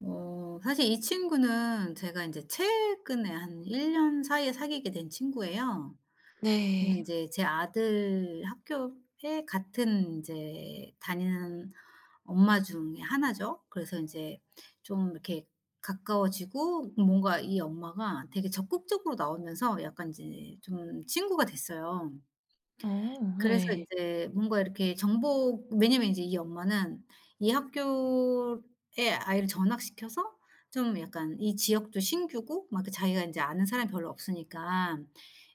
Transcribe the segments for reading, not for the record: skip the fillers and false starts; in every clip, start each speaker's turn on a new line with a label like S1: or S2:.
S1: 사실 이 친구는 제가 이제 최근에 한 1년 사이에 사귀게 된 친구예요. 근데
S2: 네.
S1: 제제 아들 학교에 같은 이제 다니는 엄마 중에 하나죠. 그래서 이제 좀 이렇게 가까워지고 뭔가 이 엄마가 되게 적극적으로 나오면서 약간 이제 좀 친구가 됐어요.
S2: 어
S1: 그래서 이
S2: 네.
S1: 제 뭔가 이렇게 정보, 왜냐면 이제 이 엄마는 이 학교에 아이를 전학시켜서 좀 약간 이 지역도 신규고 막 그 자기가 인제 아는 사람이 별로 없으니까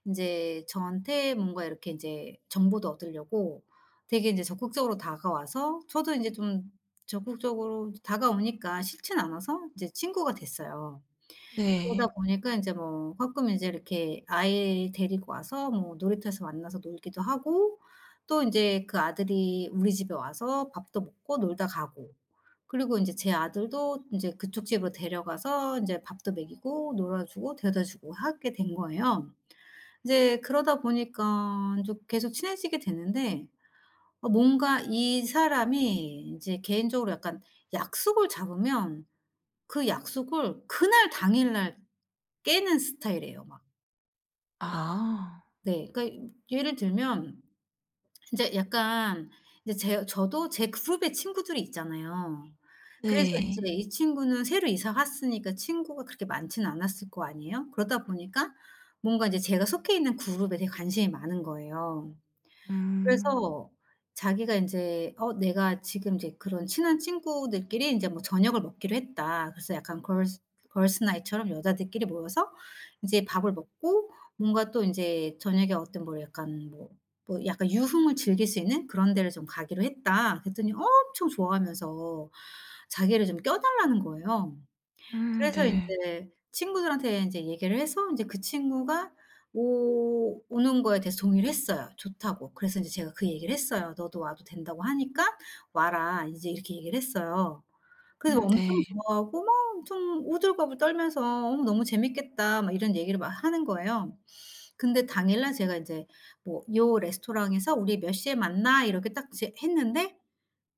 S1: 인제 저한테 뭔가 이렇게 인제 정보도 얻으려고 되게 인제 적극적으로 다가와서, 저도 인제 좀 적극적으로 다가오니까 싫진 않아서 이제 친구가 됐어요. 그러다
S2: 네.
S1: 보니까 인제 뭐 가끔 인제 이렇게 아이 데리고 와서 뭐 놀이터에서 만나서 놀기도 하고, 또 인제 그 아들이 우리 집에 와서 밥도 먹고 놀다 가고, 그리고 인제 제 아들도 인제 그쪽 집으로 데려가서 인제 밥도 먹이고 놀아 주고 데려다 주고 하게 된 거예요. 이제 그러다 보니까 좀 계속 친해지게 됐는데, 뭔가 이 사람이 인제 개인적으로 약간 약속을 잡으면 그 약속을 그날 당일날 깨는 스타일이에요 막.
S2: 아.
S1: 네. 그러니까 예를 들면 인제 약간, 이제 제 저도 제 그룹에 친구들이 있잖아요. 그래서 인제
S2: 네.
S1: 이 친구는 새로 이사 왔으니까 친구가 그렇게 많지는 않았을 거 아니에요. 그러다 보니까 뭔가 이제 제가 속해 있는 그룹에 되게 관심이 많은 거예요.
S2: 음.
S1: 그래서 자기가 인제 내가 지금 이제 그런 친한 친구들끼리 인제 뭐 저녁을 먹기로 했다, 그래서 약간 걸스 나잇처럼 여자들끼리 모여서 이제 밥을 먹고 뭔가 또 인제 저녁에 어떤 뭐 약간 뭐 약간 유흥을 즐길 수 있는 그런 데를 좀 가기로 했다, 그랬더니 엄청 좋아하면서 자기를 좀 껴 달라는 거예요. 그래서
S2: 네.
S1: 인제 친구들한테 인제 얘기를 해서 인제 그 친구가 오 오는 거에 대해서 동의를 했어요, 좋다고. 그래서 인제 제가 그 얘기를 했어요. "너도 와도 된다고 하니까 와라." 인제 이렇게 얘기를 했어요. 그래서 엄청
S2: 네.
S1: 좋아하고 막 엄청 오들갑을 떨면서 "어 너무 재밌겠다." 막 이런 얘기를 막 하는 거예요. 근데 당일날 제가 인제 뭐 "요 레스토랑에서 우리 몇 시에 만나." 이렇게 딱 이제 했는데,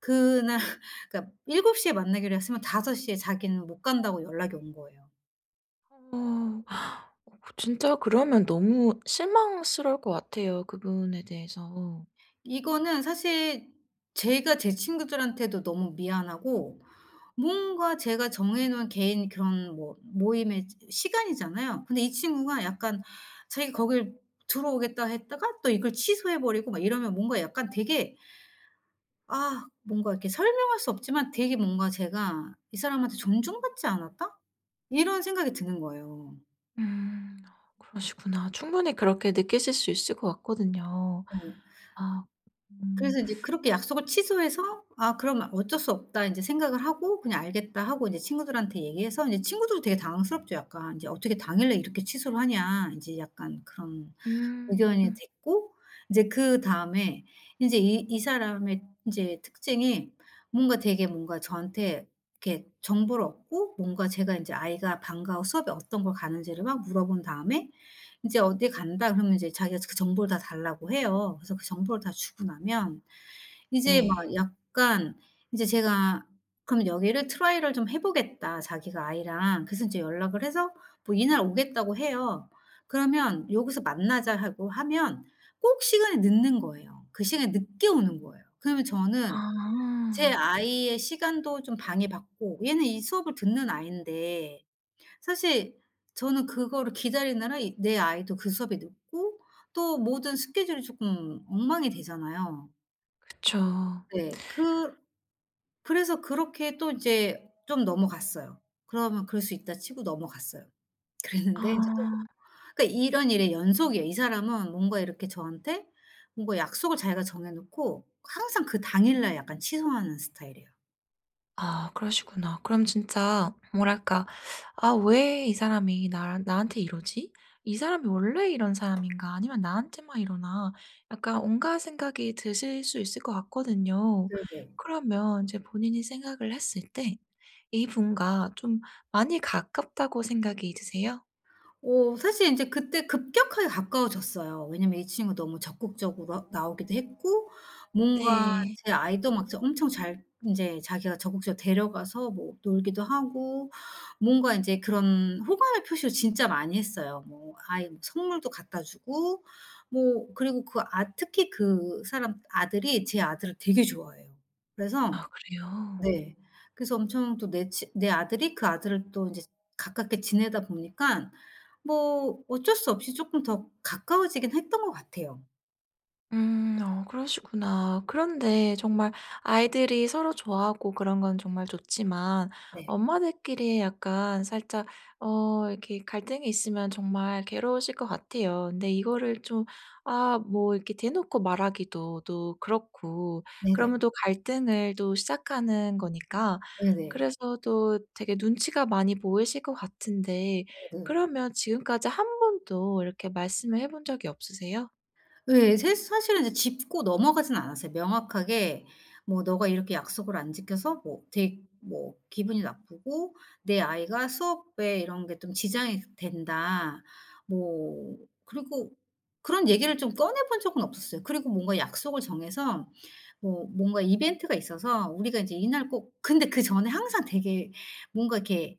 S1: 그날 그러니까 7곱시에 만나기로 했으면 5섯시에 자기는 못 간다고 연락이 온 거예요.
S2: 어. 어, 진짜 그러면 너무 실망스러울 것 같아요, 그분에 대해서.
S1: 이거는 사실 제가 제 친구들한테도 너무 미안하고, 뭔가 제가 정해 놓은 개인 그런 뭐 모임의 시간이잖아요. 근데 이 친구가 약간 자기가 거길 들어오겠다 했다가 또 이걸 취소해 버리고 막 이러면, 뭔가 약간 되게 뭔가 이렇게 설명할 수 없지만 되게 뭔가 제가 '이 사람한테 존중받지 않았다?' 이런 생각이 드는 거예요.
S2: 음. 그러시구나. 충분히 그렇게 느끼실 수 있을 것 같거든요.
S1: 네.
S2: 아. 음.
S1: 그래서 인제 그렇게 약속을 취소해서 '아 그럼 어쩔 수 없다.' 인제 생각을 하고 그냥 '알겠다.' 하고 인제 친구들한테 얘기해서, 인제 친구들도 되게 당황스럽죠 약간. 인제 '어떻게 당일날 이렇게 취소를 하냐.' 인제 약간 그런 의견이
S2: 음.
S1: 됐고, 인제 그다음에 인제 이 사람의 인제 특징이, 뭔가 되게 뭔가 저한테 이렇게 정보를 얻고, 뭔가 제가 인제 아이가 방과 후 수업이 어떤 걸 가는지를 막 물어본 다음에 인제 "어디 간다." 그러면 인제 자기가 그 정보를 다 달라고 해요. 그래서 그 정보를 다 주고 나면 이제 막
S2: 네.
S1: 약간 이제 제가, 그럼 여기를 트라이를 좀 해 보겠다 자기가 아이랑. 그래서 인제 연락을 해서 뭐 이날 오겠다고 해요. 그러면 "여기서 만나자." 하고 하면 꼭 시간이 늦는 거예요. 그 시간이 늦게 오는 거예요. 그러면 저는 제
S2: 아.
S1: 아이의 시간도 좀 방해받고, 얘는 이 수업을 듣는 아이인데 사실 저는 그거를 기다리느라 이 내 아이도 그 수업이 늦고, 또 모든 스케줄이 쪼끔 엉망이 되잖아요.
S2: 그쵸.
S1: 네. 그래서 그렇게 또 이제 좀 넘어갔어요. 그러면 그럴 수 있다 치고 넘어갔어요. 그랬는데 인제 또,
S2: 아.
S1: 그러니까 이런 일의 연속이에요. 이 사람은 뭔가 이렇게 저한테 뭔가 약속을 자기가 정해 놓고 항상 그 당일날 약간 취소하는 스타일이에요.
S2: 아 그러시구나. 그럼 진짜 뭐랄까 '아 왜 이 사람이 나 나한테 이러지? 이 사람이 원래 이런 사람인가? 아니면 나한테만 이러나?' 약간 온갖 생각이 드실 수 있을 것 같거든요.
S1: 네네.
S2: 그러면 이제 본인이 생각을 했을 때 이분과 좀 많이 가깝다고 생각이 드세요?
S1: 사실 인제 그때 급격하게 가까워졌어요. 왜냐면 이 친구가 너무 적극적으로 나오기도 했고, 뭔가
S2: 네.
S1: 제 아이도 막 진짜 엄청 잘 인제 자기가 적극적으로 데려가서 뭐 놀기도 하고, 뭔가 인제 그런 호감의 표시를 진짜 많이 했어요. 뭐 아이 뭐 선물도 갖다 주고 뭐. 그리고 그 특히 그 사람 아들이 제 아들을 되게 좋아해요. 그래서.
S2: 아 그래요?
S1: 네. 그래서 엄청 또 내 아들이 그 아들을 또 인제 가깝게 지내다 보니깐, 뭐 어쩔 수 없이 쪼끔 더 가까워지긴 했던 것 같아요.
S2: 음. 그러시구나. 그런데 정말 아이들이 서로 좋아하고 그런 건 정말 좋지만
S1: 네.
S2: 엄마들끼리 약간 살짝 이렇게 갈등이 있으면 정말 괴로우실 것 같아요. 근데 이거를 좀 아 뭐 이렇게 대놓고 말하기도 또 그렇고
S1: 네네.
S2: 그러면 또 갈등을 또 시작하는 거니까
S1: 네네.
S2: 그래서 또 되게 눈치가 많이 보이실 것 같은데
S1: 네네.
S2: 그러면 지금까지 한 번도 이렇게 말씀을 해본 적이 없으세요?
S1: 예. 새 사실은 이제 짚고 넘어가진 않았어요. 명확하게 뭐 "너가 이렇게 약속을 안 지켜서 뭐 되게 뭐 기분이 나쁘고 내 아이가 수업에 이런 게 좀 지장이 된다." 뭐 그리고, 그런 얘기를 좀 꺼내 본 적은 없었어요. 그리고 뭔가 약속을 정해서 뭐 뭔가 이벤트가 있어서 우리가 인제 이날 꼭, 근데 그전에 항상 되게 뭔가 이렇게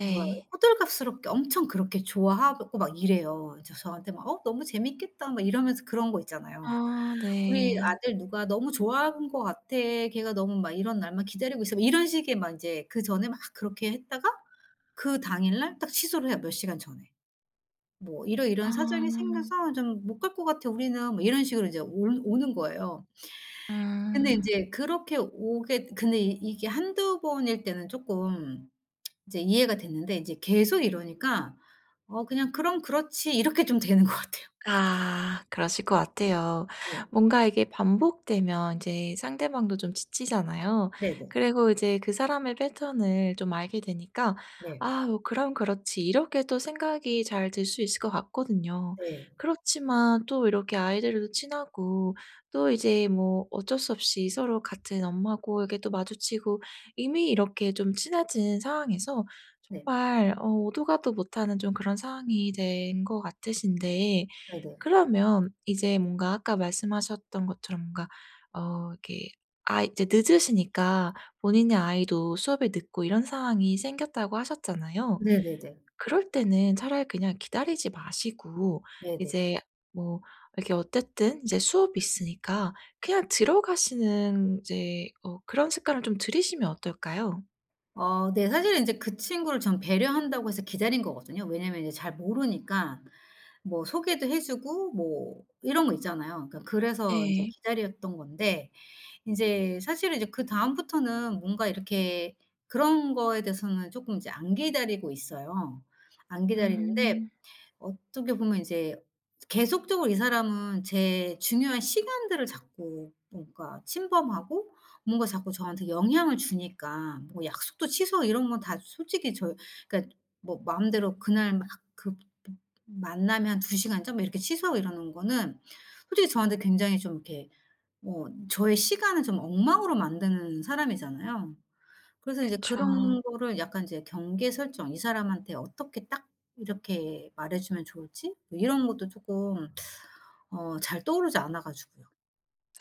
S1: 뭐라 그래, 호들갑스럽게 엄청 그렇게 좋아하고 막 이래요. 이제 저한테 막 "어 너무 재밌겠다." 막 이러면서 그런 거 있잖아요.
S2: 아
S1: "우리
S2: 네.
S1: 아들 누가 너무 좋아하는 것 같아. 걔가 너무 막 이런 날만 기다리고 있어." 막 이런 식의 막 인제 그전에 막 그렇게 했다가 그 당일날 딱 취소를 해요, 몇 시간 전에. 뭐 "이러이러한 사정이
S2: 아.
S1: 생겨서 좀 못 갈 것 같아 우리는." 뭐 이런 식으로 이제 올 오는 거예요. 근데
S2: 음.
S1: 인제 그렇게 오게, 근데 이 이게 한두 번일 때는 쪼끔 이제 이해가 됐는데, 이제 계속 이러니까 그냥 '그럼 그렇지.' 이렇게 좀 되는 것 같아요.
S2: 아 그러실 것 같아요.
S1: 네.
S2: 뭔가 이게 반복되면 이제 상대방도 좀 지치잖아요.
S1: 네네.
S2: 그리고 이제 그 사람의 패턴을 좀 알게 되니까
S1: 네.
S2: '아 뭐 그럼 그렇지.' 이렇게 또 생각이 잘 들 수 있을 것 같거든요.
S1: 네.
S2: 그렇지만 또 이렇게 아이들도 친하고 또 이제 뭐 어쩔 수 없이 서로 같은 엄마고 이렇게 또 마주치고 이미 이렇게 좀 친해진 상황에서
S1: 네.
S2: 정말 오도 가도 못하는 좀 그런 상황이 된 것 같으신데
S1: 네네.
S2: 그러면 이제 뭔가 아까 말씀하셨던 것처럼 뭔가 이렇게 아이 이제 늦으시니까 본인의 아이도 수업에 늦고 이런 상황이 생겼다고 하셨잖아요.
S1: 네네네.
S2: 그럴 때는 차라리 그냥 기다리지 마시고
S1: 네네.
S2: 이제 뭐 이렇게 어쨌든 이제 수업이 있으니까 그냥 들어가시는 이제 그런 습관을 좀 들이시면 어떨까요?
S1: 어 네. 사실은 인제 그 친구를 전 배려한다고 해서 기다린 거거든요. 왜냐면 이제 잘 모르니까 뭐 소개도 해 주고 뭐 이런 거 있잖아요. 그러니까 그래서 인제
S2: 네.
S1: 기다렸던 건데, 인제 사실은 이제 그다음부터는 뭔가 이렇게 그런 거에 대해서는 쪼끔 이제 안 기다리고 있어요. 안 기다리는데,
S2: 음.
S1: 어떻게 보면 이제 계속적으로 이 사람은 제 중요한 시간들을 자꾸 뭔가 침범하고, 뭔가 자꾸 저한테 영향을 주니까, 뭐 약속도 취소 이런 건 다 솔직히 저 그러니까, 뭐 마음대로 그날 막 그 만남이 한 두 시간 전 막 이렇게 취소하고 이러는 거는, 솔직히 저한테 굉장히 좀 이렇게 뭐 저의 시간을 좀 엉망으로 만드는 사람이잖아요. 그래서 이제 그런
S2: 그쵸.
S1: 거를 약간 이제 경계 설정, 이 사람한테 어떻게 딱 이렇게 말해 주면 좋을지, 뭐 이런 것도 조금 잘 떠오르지 않아 가지고요.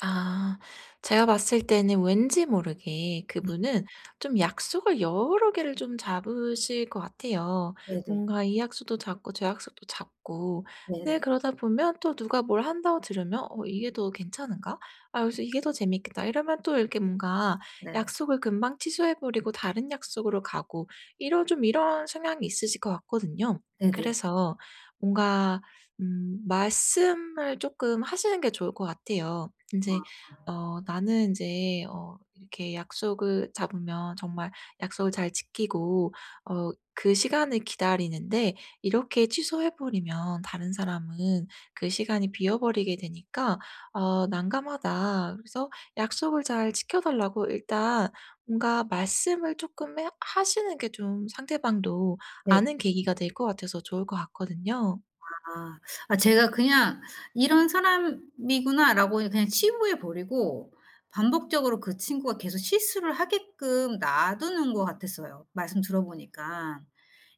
S2: 아. 제가 봤을 때는 왠지 모르게
S1: 네.
S2: 그분은 좀 약속을 여러 개를 좀 잡으실 것 같아요.
S1: 네네.
S2: 뭔가 이 약속도 잡고 저 약속도 잡고. 근데
S1: 네네.
S2: 그러다 보면 또 누가 뭘 한다고 들으면 '어 이게 더 괜찮은가? 아 그래서 이게 더 재밌겠다.' 이러면 또 이렇게 뭔가
S1: 네네. 네네.
S2: 약속을 금방 취소해 버리고 다른 약속으로 가고 이런 좀 이런 성향이 있으실 것 같거든요.
S1: 네네.
S2: 그래서 뭔가 말씀을 조금 하시는 게 좋을 것 같아요. 이제 어 나는 이제 이렇게 약속을 잡으면 정말 약속을 잘 지키고 어 그 시간을 기다리는데 이렇게 취소해 버리면 다른 사람은 그 시간이 비어 버리게 되니까 난감하다. 그래서 약속을 잘 지켜 달라고 일단 뭔가 말씀을 조금 해 하시는 게 좀 상대방도 아는 계기가 될 것 같아서 좋을 것 같거든요.
S1: 아. 아, 제가 그냥 '이런 사람이구나.'라고 그냥 치부해 버리고 반복적으로 그 친구가 계속 실수를 하게끔 놔두는 것 같았어요, 말씀 들어 보니까.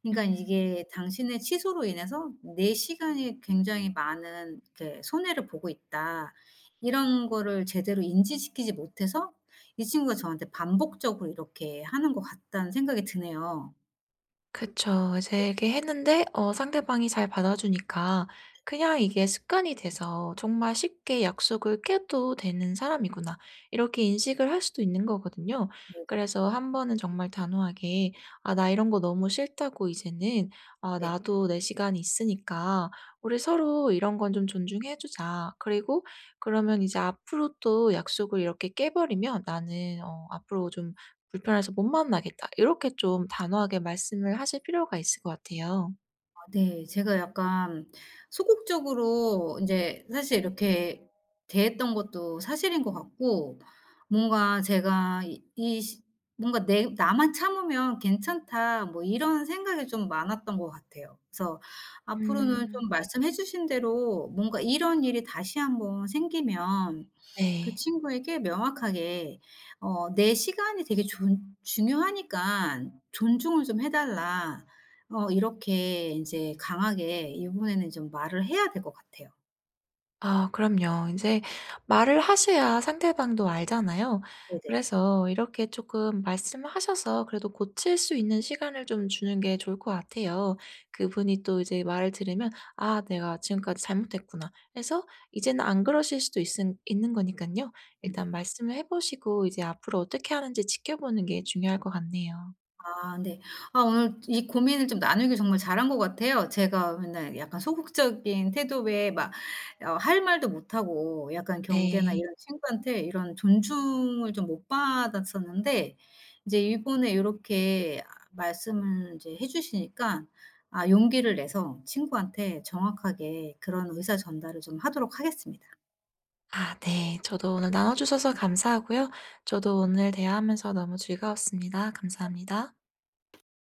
S1: 그러니까
S2: 음.
S1: 이게 당신의 취소로 인해서 '내 시간이 굉장히 많은 이렇게 손해를 보고 있다.' 이런 거를 제대로 인지시키지 못해서 이 친구가 저한테 반복적으로 이렇게 하는 것 같다는 생각이 드네요.
S2: 그쵸. 이제 이렇게 했는데 상대방이 잘 받아주니까 그냥 이게 습관이 돼서 '정말 쉽게 약속을 깨도 되는 사람이구나.' 이렇게 인식을 할 수도 있는 거거든요.
S1: 네네네.
S2: 그래서 한 번은 정말 단호하게 "아
S1: 네.
S2: 나 이런 거 너무 싫다고 이제는. 아
S1: 네.
S2: 나도 내 시간이 있으니까 우리 서로 이런 건 좀 존중해 주자. 그리고 그러면 이제 앞으로 또 약속을 이렇게 깨 버리면 나는 앞으로 좀 불편해서 못 만나겠다." 이렇게 좀 단호하게 말씀을 하실 필요가 있을 것 같아요.
S1: 네. 제가 약간 소극적으로 인제 사실 이렇게 대했던 것도 사실인 것 같고, 뭔가 제가 이 이 시 뭔가 '내 나만 참으면 괜찮다.' 뭐 이런 생각이 좀 많았던 것 같아요. 그래서 앞으로는
S2: 음.
S1: 좀 말씀해 주신 대로 뭔가 이런 일이 다시 한번 생기면 그
S2: 네.
S1: 친구에게 명확하게 "내 시간이 되게 존 중요하니까 존중을 좀 해 달라." 이렇게 이제 강하게 이번에는 좀 말을 해야 될 것 같아요.
S2: 아 그럼요. 인제 말을 하셔야 상대방도 알잖아요.
S1: 네 네 네.
S2: 그래서 이렇게 쪼끔 말씀을 하셔서 그래도 고칠 수 있는 시간을 좀 주는 게 좋을 것 같아요. 그분이 또 이제 말을 들으면 '아 내가 지금까지 잘못했구나.' 해서 이제는 안 그러실 수도 있은 있는 거니깐요.
S1: 네.
S2: 일단 말씀을 해 보시고 이제 앞으로 어떻게 하는지 지켜보는 게 중요할 것 같네요.
S1: 아 네. 아, 오늘 이 고민을 좀 나누길 정말 잘한 것 같아요. 제가 맨날 약간 소극적인 태도에 막 할 말도 못하고 약간 경계나
S2: 네.
S1: 이런 친구한테 이런 존중을 좀 못 받았었는데, 이제 이번에 요렇게 아 말씀을 이제 해 주시니까 아 용기를 내서 친구한테 정확하게 그런 의사 전달을 좀 하도록 하겠습니다.
S2: 아 네. 저도 오늘 나눠 주셔서 감사하고요. 저도 오늘 대화하면서 너무 즐거웠습니다. 감사합니다.